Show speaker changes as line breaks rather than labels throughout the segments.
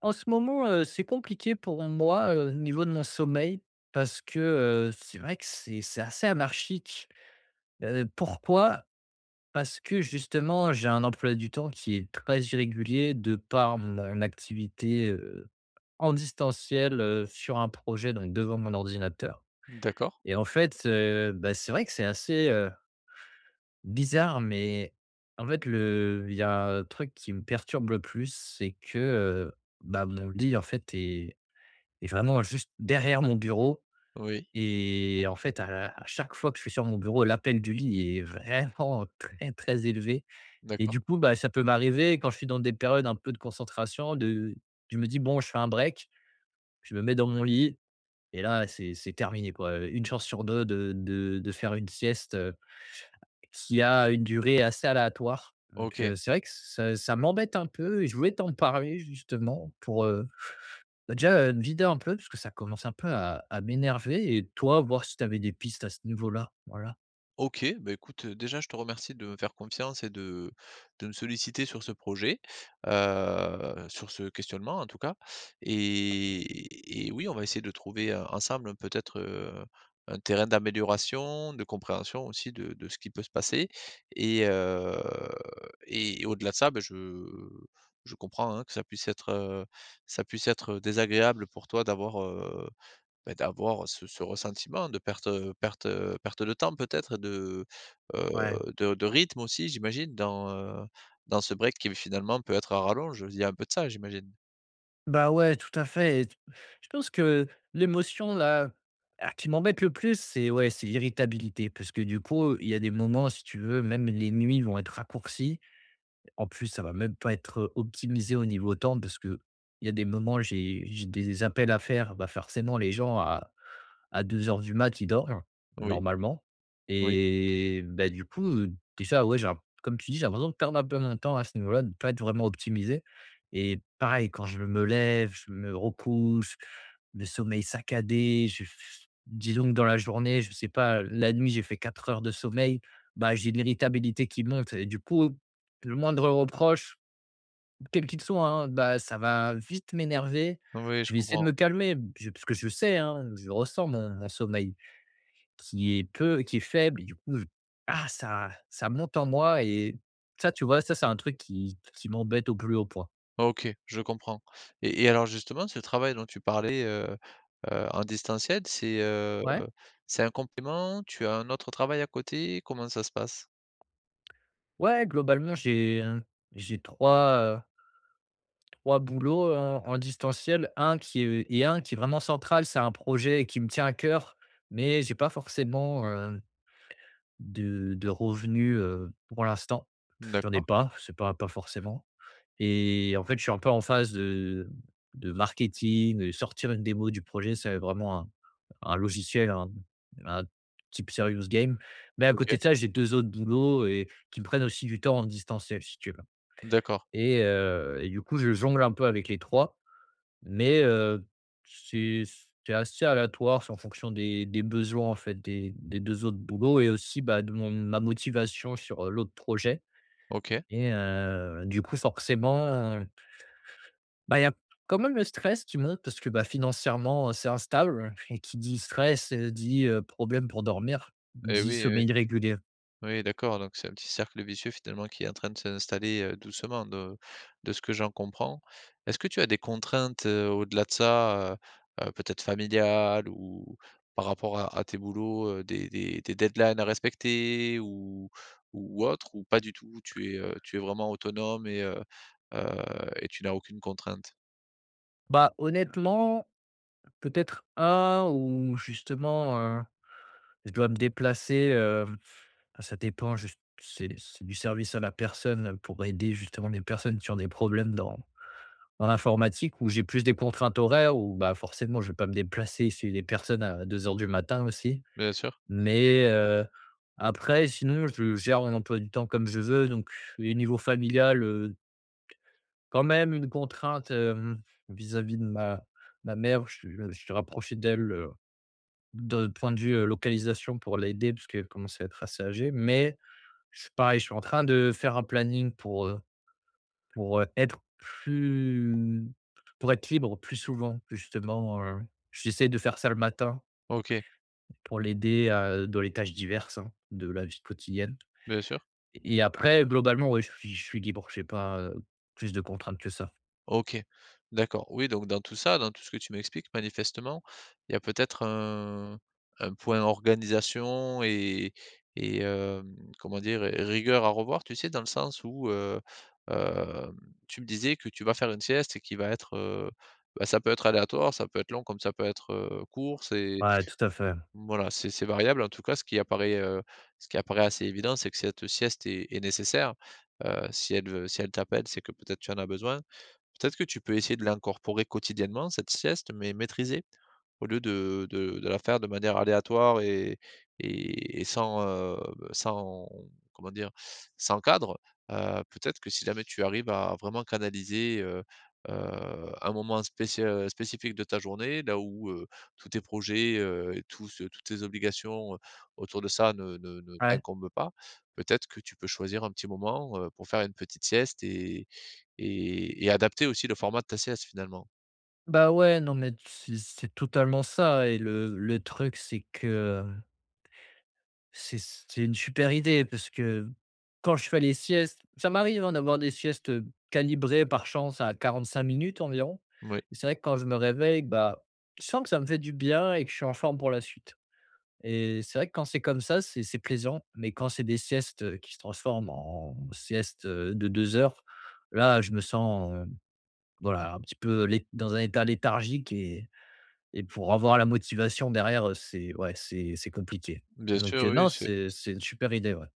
En ce moment, c'est compliqué pour moi, au niveau de mon sommeil parce que, c'est vrai que c'est assez anarchique. Pourquoi? Parce que justement, j'ai un emploi du temps qui est très irrégulier de par mon activité, en distanciel, sur un projet donc devant mon ordinateur
D'accord.
et en fait, bah, c'est vrai que c'est assez, bizarre mais en fait le il y a un truc qui me perturbe le plus, c'est que, bah, mon lit en fait est et vraiment juste derrière mon bureau
Oui,
et en fait, à chaque fois que je suis sur mon bureau, l'appel du lit est vraiment très, très élevé. Et du
d'accord.
coup, bah, ça peut m'arriver quand je suis dans des périodes un peu de concentration de je me dis: «Bon, je fais un break», je me mets dans mon lit et là, c'est terminé, quoi, une chance sur 2 de de faire une sieste, qui a une durée assez aléatoire donc
OK.
c'est vrai que ça m'embête un peu et je voulais t'en parler justement pour, bah, déjà, vider un peu parce que ça commence un peu à m'énerver et toi, voir si tu avais des pistes à ce niveau-là, voilà.
OK, bah, écoute, déjà je te remercie de me faire confiance et de me solliciter sur ce projet, sur ce questionnement en tout cas. Et oui, on va essayer de trouver, ensemble peut-être, un terrain d'amélioration, de compréhension aussi de ce qui peut se passer. Et heu et au-delà de ça, bah, je comprends, hein, que ça puisse être, ça puisse être désagréable pour toi d'avoir, d'avoir ce ressentiment de perte, perte, perte de temps peut-être et de, heu,
Ouais.
de rythme aussi j'imagine dans, dans ce break qui finalement peut être à rallonge. Il y a un peu de ça j'imagine?
Bah, ouais, tout à fait et t je pense que l'émotion là, qui m'embête le plus, c'est ouais, c'est l'irritabilité parce que du coup, il y a des moments, si tu veux, même les nuits vont être raccourcies. En plus, ça va même pas être optimisé au niveau temps parce que il y a des moments, j'ai des appels à faire, bah, forcément les gens à 2 heures du mat, il dort,
Oui,
normalement.
oui,
Et bah, du coup, déjà, ouais, j'ai l'im comme tu dis, j'ai l'impression de perdre un peu mon temps à ce niveau-là, de ne pas être vraiment optimisé. Et pareil, quand je me lève, je me recouche, le sommeil saccadé, je dis donc dans la journée, je sais pas, la nuit, j'ai fait 4 heures de sommeil, bah, j'ai de l'irritabilité qui monte et du coup, le moindre reproche, quel qu'il soit, hein, bah, ça va vite m'énerver.
oui
Je
je
vais essayer de
comprends.
me calmer, je parce que je sais, hein, je ressens mon sommeil qui est faible et du coup, je ah ça monte en moi et ça, tu vois, ça, c'est un truc qui m'embête au plus haut point.
OK, je comprends. Et alors justement ce travail dont tu parlais, en distanciel,
Ouais.
c'est un complément? Tu as un autre travail à côté? Comment ça se passe?
Ouais, globalement, j'ai 3 boulots en distanciel, un qui est vraiment central, c'est un projet qui me tient à cœur, mais j'ai pas forcément, de revenus, pour l'instant. J'en ai
D'accord.
pas, c'est pas forcément et en fait, je suis un peu en phase de marketing, de sortir une démo du projet, c'est vraiment un logiciel, un type serious game. Mais à côté
OK,
de ça, j'ai 2 autres boulots et qui me prennent aussi du temps en distanciel, si tu veux.
d'accord.
Et du coup, je jongle un peu avec les 3, mais c'est c'est assez aléatoire, c'est en fonction des besoins, en fait, des 2 autres boulots et aussi, bah, de mon ma motivation sur, l'autre projet
OK.
et du coup, forcément bah, il y a quand même le stress qui monte parce que, bah, financièrement, c'est instable et qui dit stress, dit, problème pour dormir,
Et
dit
oui.
sommeil irrégulier.
Oui, d'accord, donc c'est un petit cercle vicieux finalement qui est en train de s'installer, doucement, de ce que j'en comprends. Est-ce que tu as des contraintes, au-delà de ça, peut-être familiales ou par rapport à tes boulots, des deadlines à respecter ou autre, ou pas du tout? Tu es vraiment autonome et et tu n'as aucune contrainte?
Bah, honnêtement, peut-être un où justement, je dois me déplacer, ça dépend juste c'est du service à la personne pour aider justement les personnes qui ont des problèmes dans l'informatique où j'ai plus des contraintes horaires où, bah, forcément je ne vais pas me déplacer chez les personnes à 2 heures du matin aussi.
Bien sûr.
Mais après sinon je gère mon emploi du temps comme je veux donc. Et niveau familial, quand même une contrainte, vis-à-vis de ma mère. Je me suis rapproché d'elle, de point de vue, localisation pour l'aider parce qu'elle commence à être assez âgée. Mais je suis pareil, je suis en train de faire un planning pour, heu, être plus pour être libre plus souvent justement, j'essaie de faire ça le matin
OK,
pour l'aider à dans les tâches diverses, hein, de la vie quotidienne.
bien sûr.
Et après, globalement, ouais, je suis libre. J'ai pas, plus de contraintes que ça.
OK, d'accord. Oui, donc dans tout ça, dans tout ce que tu m'expliques, manifestement, il y a peut-être un point organisation et comment dire? Et rigueur à revoir, tu sais? Dans le sens où, hem, tu me disais que tu vas faire une sieste et qui va être, bah, ça peut être aléatoire, ça peut être long comme ça peut être, court, c'est
Ouais, tout à fait.
voilà, c'est variable. En tout cas, ce qui apparaît assez évident, c'est que cette sieste est nécessaire. Si elle, si elle t'appelle, c'est que peut-être tu en as besoin. Peut-être que tu peux essayer de l'incorporer quotidiennement, cette sieste, mais maîtrisée, au lieu de la faire de manière aléatoire et sans, sans comment dire? Sans cadre. Peut-être que si jamais tu arrives à vraiment canaliser, un moment spécia spécifique de ta journée, là où, tous tes projets, et tous, toutes tes obligations, autour de ça ne ne
Ouais.
t'incombent pas, peut-être que tu peux choisir un petit moment, pour faire une petite sieste et et adapter aussi le format de ta sieste finalement.
Bah, ouais, non, mais c'est totalement ça et le truc, c'est que C'est c'est une super idée parce que quand je fais les siestes, ça m'arrive, hein, d'avoir des siestes, calibrées par chance à 45 minutes environ.
Oui,
Et c'est vrai que quand je me réveille, bah, je sens que ça me fait du bien et que je suis en forme pour la suite. Et c'est vrai que quand c'est comme ça, c'est plaisant, mais quand c'est des siestes, qui se transforment en siestes, de 2 heures, là, je me sens, voilà, un petit peu lé dans un état léthargique et pour avoir la motivation derrière, c'est ouais, c'est compliqué.
bien
Donc
sûr, oui.
non, c'est une super idée, ouais.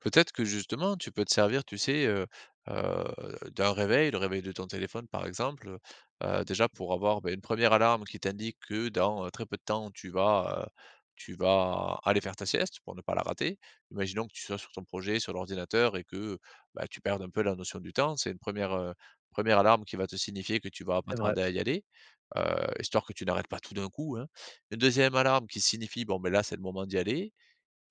Peut-être que justement, tu peux te servir, tu sais, d'un réveil, le réveil de ton téléphone par exemple, déjà pour avoir, beh, une première alarme qui t'indique que dans, très peu de temps, tu vas aller faire ta sieste pour ne pas la rater. Imaginons que tu sois sur ton projet, sur l'ordinateur et que, bah, tu perdes un peu la notion du temps. C'est une première re alarme qui va te signifier que tu vas pas
C'est vrai.
tarder à y aller, heu, histoire que tu n'arrêtes pas tout d'un coup, hein. Une deuxième alarme qui signifie bon, mais là, c'est le moment d'y aller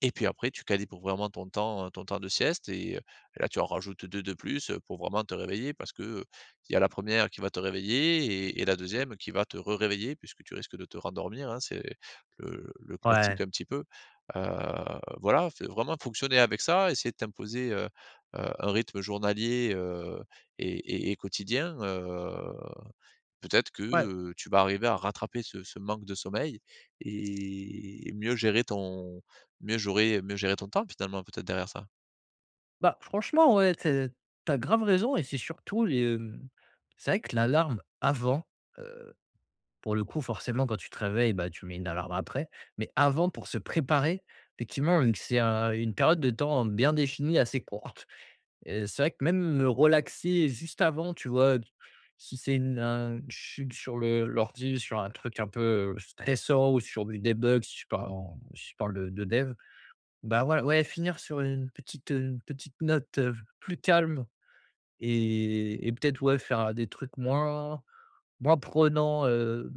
et puis après, tu calibres vraiment ton temps de sieste et là, tu en rajoutes 2 de plus, pour vraiment te réveiller parce que, il y a la première qui va te réveiller et la deuxième qui va te re-réveiller, puisque tu risques de te rendormir, hein, c'est le classique
Ouais,
un petit peu. Heu, voilà, f vraiment fonctionner avec ça, essayer de t'imposer, un rythme journalier, et quotidien. Peut-être que,
ouais.
tu vas arriver à rattraper ce ce manque de sommeil et mieux gérer ton mieux gérer ton temps finalement peut-être derrière ça.
Bah, franchement, ouais, tu grave raison et c'est surtout les, c'est vrai que l'alarme avant, heu, pour le coup, forcément, quand tu te réveilles, bah, tu mets une alarme après. Mais avant, pour se préparer, effectivement, vu que c'est un une période de temps bien définie, assez courte. Et c'est vrai que même me relaxer juste avant, tu vois? Si c'est une un je suis sur le l'ordi, sur un truc un peu stressant ou sur du debug, si je parle de dev, bah, voilà, ouais, finir sur une petite note, plus calme et peut-être, ouais, faire des trucs moins prenants, heu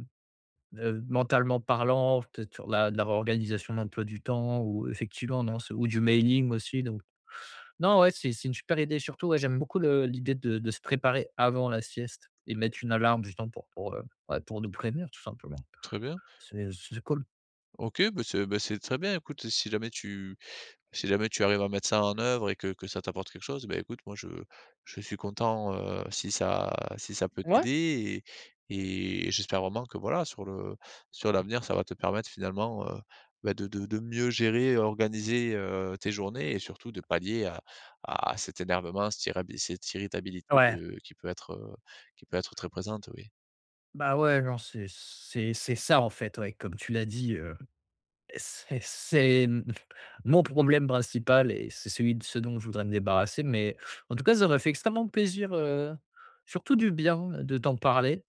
heu, mentalement parlant, peut-être sur la de la réorganisation de l'emploi du temps ou effectivement, non, c'est ou du mailing aussi donc non, ouais, c'est une super idée. Surtout, ouais, j'aime beaucoup le l'idée de se préparer avant la sieste et mettre une alarme justement ouais, pour nous prévenir tout simplement.
Très bien.
C'est cool.
OK, bah, c'est très bien. Écoute, si jamais tu si jamais tu arrives à mettre ça en œuvre et que ça t'apporte quelque chose, ben écoute, moi, je suis content, si ça si ça peut
Ouais.
t'aider et j'espère vraiment que, voilà, sur le sur l'avenir, ça va te permettre finalement, bah, de mieux gérer, organiser, tes journées et surtout de pallier à cet énervement, cette irabi cette irritabilité,
Ouais,
qui peut être très présente, oui.
bah, ouais, genre c'est ça en fait, ouais, comme tu l'as dit, c'est mon problème principal et c'est celui de ce dont je voudrais me débarrasser, mais en tout cas, ça aurait fait extrêmement plaisir, surtout du bien de t'en parler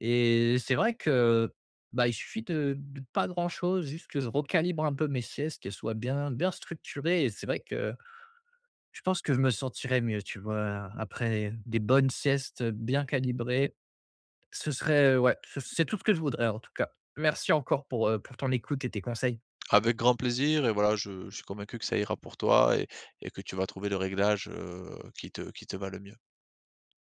et c'est vrai que, bah, il suffit de pas grand-chose, juste que je recalibre un peu mes siestes, qu'elles soient bien bien structurées et c'est vrai que je pense que je me sentirais mieux, tu vois? Après des bonnes siestes bien calibrées. Ce serait, ouais, ce c'est tout ce que je voudrais en tout cas. Merci encore pour ton écoute et tes conseils.
Avec grand plaisir et voilà, je suis convaincu que ça ira pour toi et que tu vas trouver le réglage, qui te va le mieux.